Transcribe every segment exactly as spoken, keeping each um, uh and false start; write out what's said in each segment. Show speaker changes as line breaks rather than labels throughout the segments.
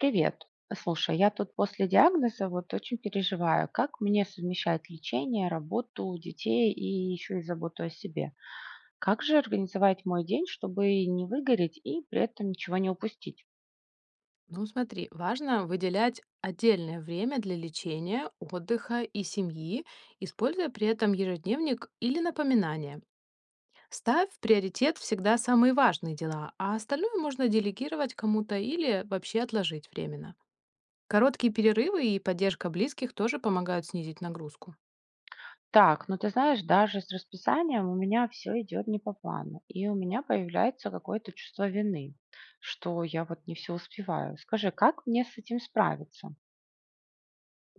Привет. Слушай, я тут после диагноза вот очень переживаю, как мне совмещать лечение, работу, детей и еще и заботу о себе. Как же организовать мой день, чтобы не выгореть и при этом ничего не упустить?
Ну, смотри, важно выделять отдельное время для лечения, отдыха и семьи, используя при этом ежедневник или напоминание. Ставь в приоритет всегда самые важные дела, а остальное можно делегировать кому-то или вообще отложить временно. Короткие перерывы и поддержка близких тоже помогают снизить нагрузку.
Так, ну ты знаешь, даже с расписанием у меня все идет не по плану, и у меня появляется какое-то чувство вины, что я вот не все успеваю. Скажи, как мне с этим справиться?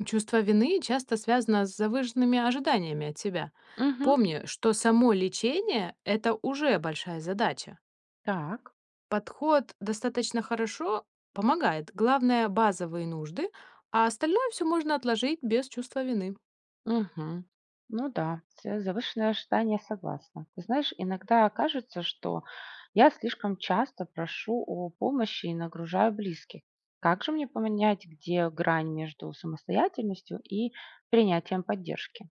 Чувство вины часто связано с завышенными ожиданиями от себя.
Мгм.
Помни, что само лечение– это уже большая задача.
Так.
Подход достаточно хорошо помогает. Главное– базовые нужды, а остальное все можно отложить без чувства вины.
Мгм. Ну да, с- завышенные ожидания согласна. Ты знаешь, иногда кажется, что я слишком часто прошу о помощи и нагружаю близких. Как же мне поменять, где грань между самостоятельностью и принятием поддержки?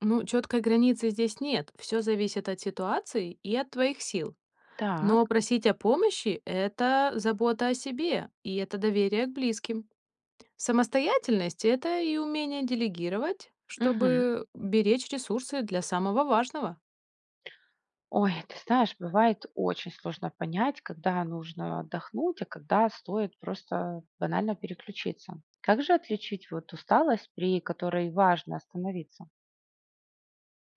Ну, четкой границы здесь нет. Все зависит от ситуации и от твоих сил.
Так.
Но просить о помощи– это забота о себе, и это доверие к близким. Самостоятельность– это и умение делегировать,
Мгм.
чтобы беречь ресурсы для самого важного.
Ой, ты знаешь, бывает очень сложно понять, когда нужно отдохнуть, а когда стоит просто банально переключиться. Как же отличить вот усталость, при которой важно остановиться?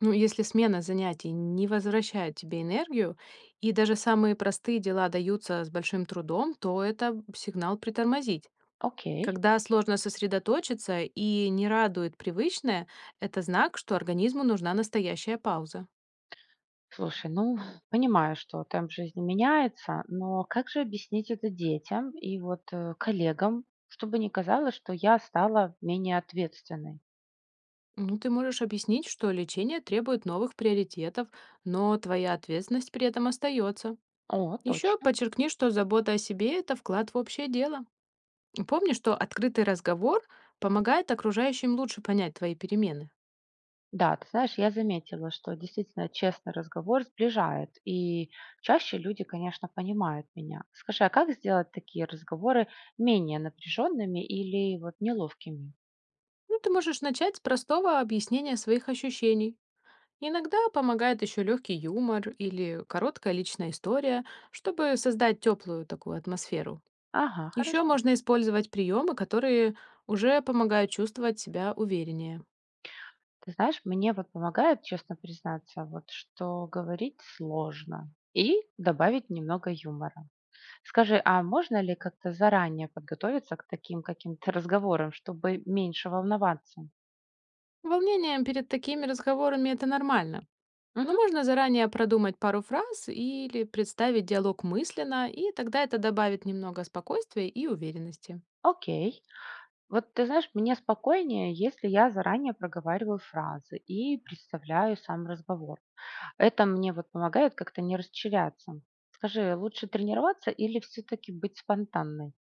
Ну, если смена занятий не возвращает тебе энергию, и даже самые простые дела даются с большим трудом, то это сигнал притормозить.
Окей.
Когда сложно сосредоточиться и не радует привычное, это знак, что организму нужна настоящая пауза.
Слушай, ну, понимаю, что темп жизни меняется, но как же объяснить это детям и вот э, коллегам, чтобы не казалось, что я стала менее ответственной?
Ну, ты можешь объяснить, что лечение требует новых приоритетов, но твоя ответственность при этом остается.
О,
Еще
точно.
подчеркни, что забота о себе– это вклад в общее дело. Помни, что открытый разговор помогает окружающим лучше понять твои перемены.
Да, ты знаешь, я заметила, что действительно честный разговор сближает, и чаще люди, конечно, понимают меня. Скажи, а как сделать такие разговоры менее напряженными или вот неловкими?
Ну, ты можешь начать с простого объяснения своих ощущений. Иногда помогает еще легкий юмор или короткая личная история, чтобы создать теплую такую атмосферу.
Ага,
Еще
хорошо.
можно использовать приемы, которые уже помогают чувствовать себя увереннее.
Ты знаешь, мне вот помогает, честно признаться, вот что говорить сложно и добавить немного юмора. Скажи, а можно ли как-то заранее подготовиться к таким каким-то разговорам, чтобы меньше волноваться?
Волнение перед такими разговорами это нормально. Но
Мгм.
можно заранее продумать пару фраз или представить диалог мысленно, и тогда это добавит немного спокойствия и уверенности.
Окей. Вот ты знаешь, мне спокойнее, если я заранее проговариваю фразы и представляю сам разговор. Это мне вот помогает как-то не расчеряться. Скажи, лучше тренироваться или все-таки быть спонтанной?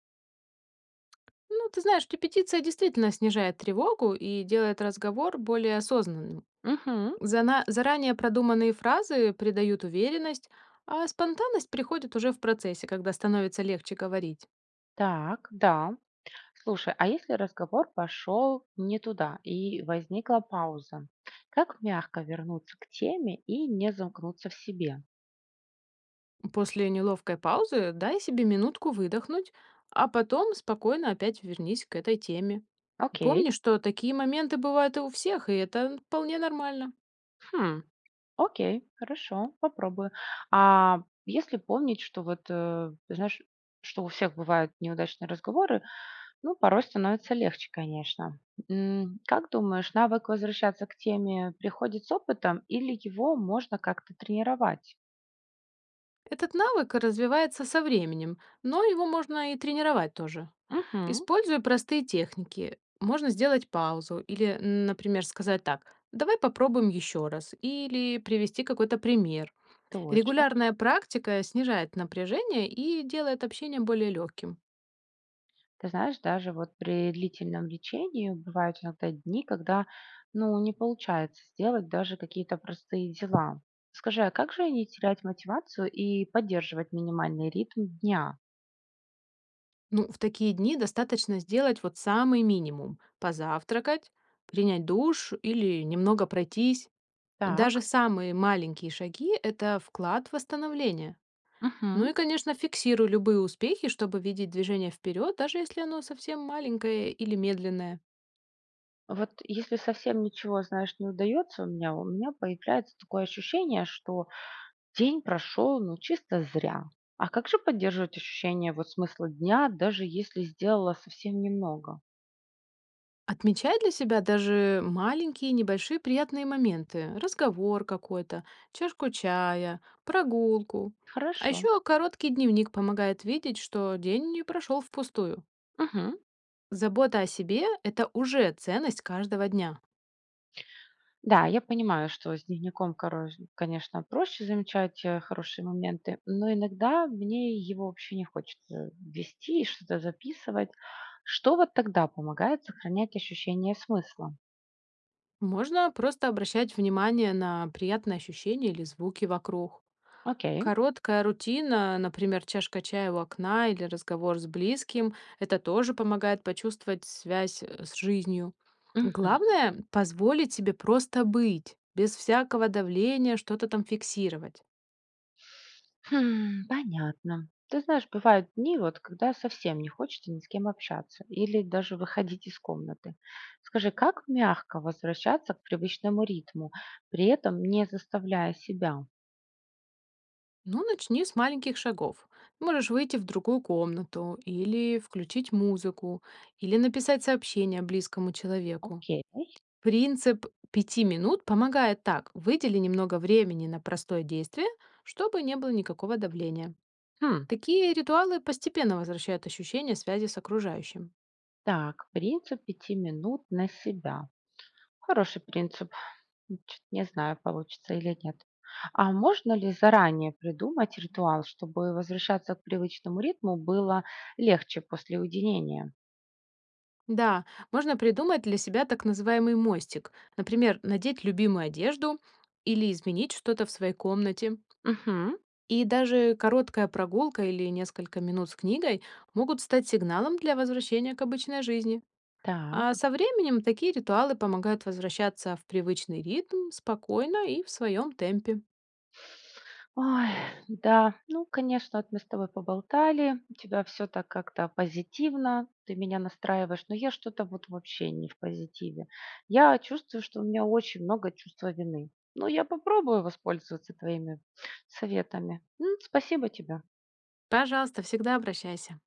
Ну, ты знаешь, репетиция действительно снижает тревогу и делает разговор более осознанным.
Угу.
Зана- заранее продуманные фразы придают уверенность, а спонтанность приходит уже в процессе, когда становится легче говорить.
Так, да. Слушай, а если разговор пошел не туда и возникла пауза, как мягко вернуться к теме и не замкнуться в себе?
После неловкой паузы дай себе минутку выдохнуть, а потом спокойно опять вернись к этой теме. Помни,
Окей.
что такие моменты бывают и у всех, и это вполне нормально.
Хм, окей, хорошо, попробую. А если помнить, что вот, э, ты знаешь, что у всех бывают неудачные разговоры, ну, порой становится легче, конечно. М, Как думаешь, навык возвращаться к теме приходит с опытом или его можно как-то тренировать?
Этот навык развивается со временем, но его можно и тренировать тоже.
Угу,
Используя простые техники, можно сделать паузу или, м, например, сказать так, давай попробуем еще раз, или привести какой-то пример.
точно.
Регулярная практика снижает напряжение и делает общение более легким.
Ты знаешь, даже вот при длительном лечении бывают иногда дни, когда, ну, не получается сделать даже какие-то простые дела. Скажи, а как же не терять мотивацию и поддерживать минимальный ритм дня?
Ну, в такие дни достаточно сделать вот самый минимум. Позавтракать, принять душ или немного пройтись.
Так.
Даже самые маленькие шаги– это вклад в восстановление.
Мгм.
Ну и, конечно, фиксируй любые успехи, чтобы видеть движение вперед, даже если оно совсем маленькое или медленное.
Вот если совсем ничего, знаешь, не удается у меня, у меня появляется такое ощущение, что день прошел, ну, чисто зря. А как же поддерживать ощущение вот смысла дня, даже если сделала совсем немного?
Отмечай для себя даже маленькие небольшие приятные моменты. Разговор какой-то, чашку чая, прогулку. А
Хорошо.
еще короткий дневник помогает видеть, что день не прошел впустую.
Мгм.
Забота о себе– это уже ценность каждого дня.
Да, я понимаю, что с дневником, корож- конечно, проще замечать э, хорошие моменты, но иногда мне его вообще не хочется вести и что-то записывать. Что вот тогда помогает сохранять ощущение смысла?
Можно просто обращать внимание на приятные ощущения или звуки вокруг.
Окей.
Короткая рутина, например, чашка чая у окна или разговор с близким, это тоже помогает почувствовать связь э, с жизнью.
Мгм.
Главное– позволить себе просто быть, без всякого давления что-то там фиксировать.
Хм, понятно. Ты знаешь, бывают дни, вот, когда совсем не хочется ни с кем общаться или даже выходить из комнаты. Скажи, как мягко возвращаться к привычному ритму, при этом не заставляя себя?
Ну, начни с маленьких шагов. Можешь выйти в другую комнату или включить музыку, или написать сообщение близкому человеку.
Окей.
Принцип пяти минут помогает так. Выдели немного времени на простое действие, чтобы не было никакого давления.
Хм.
Такие ритуалы постепенно возвращают ощущение связи с окружающим.
Так, принцип пяти минут на себя. Хороший принцип. М, чё-то не знаю, получится или нет. А можно ли заранее придумать ритуал, чтобы возвращаться к привычному ритму было легче после уединения?
Да, можно придумать для себя так называемый мостик. Например, надеть любимую одежду или изменить что-то в своей комнате.
Угу.
И даже короткая прогулка или несколько минут с книгой могут стать сигналом для возвращения к обычной жизни. А
Так.
со временем такие ритуалы помогают возвращаться в привычный ритм спокойно и в своем темпе.
Ой, да, ну, конечно, вот мы с тобой поболтали, у тебя все так как-то позитивно, ты меня настраиваешь, но я что-то вот вообще не в позитиве. Я чувствую, что у меня очень много чувства вины. Ну, я попробую воспользоваться твоими советами. М, спасибо тебе.
Пожалуйста, всегда обращайся.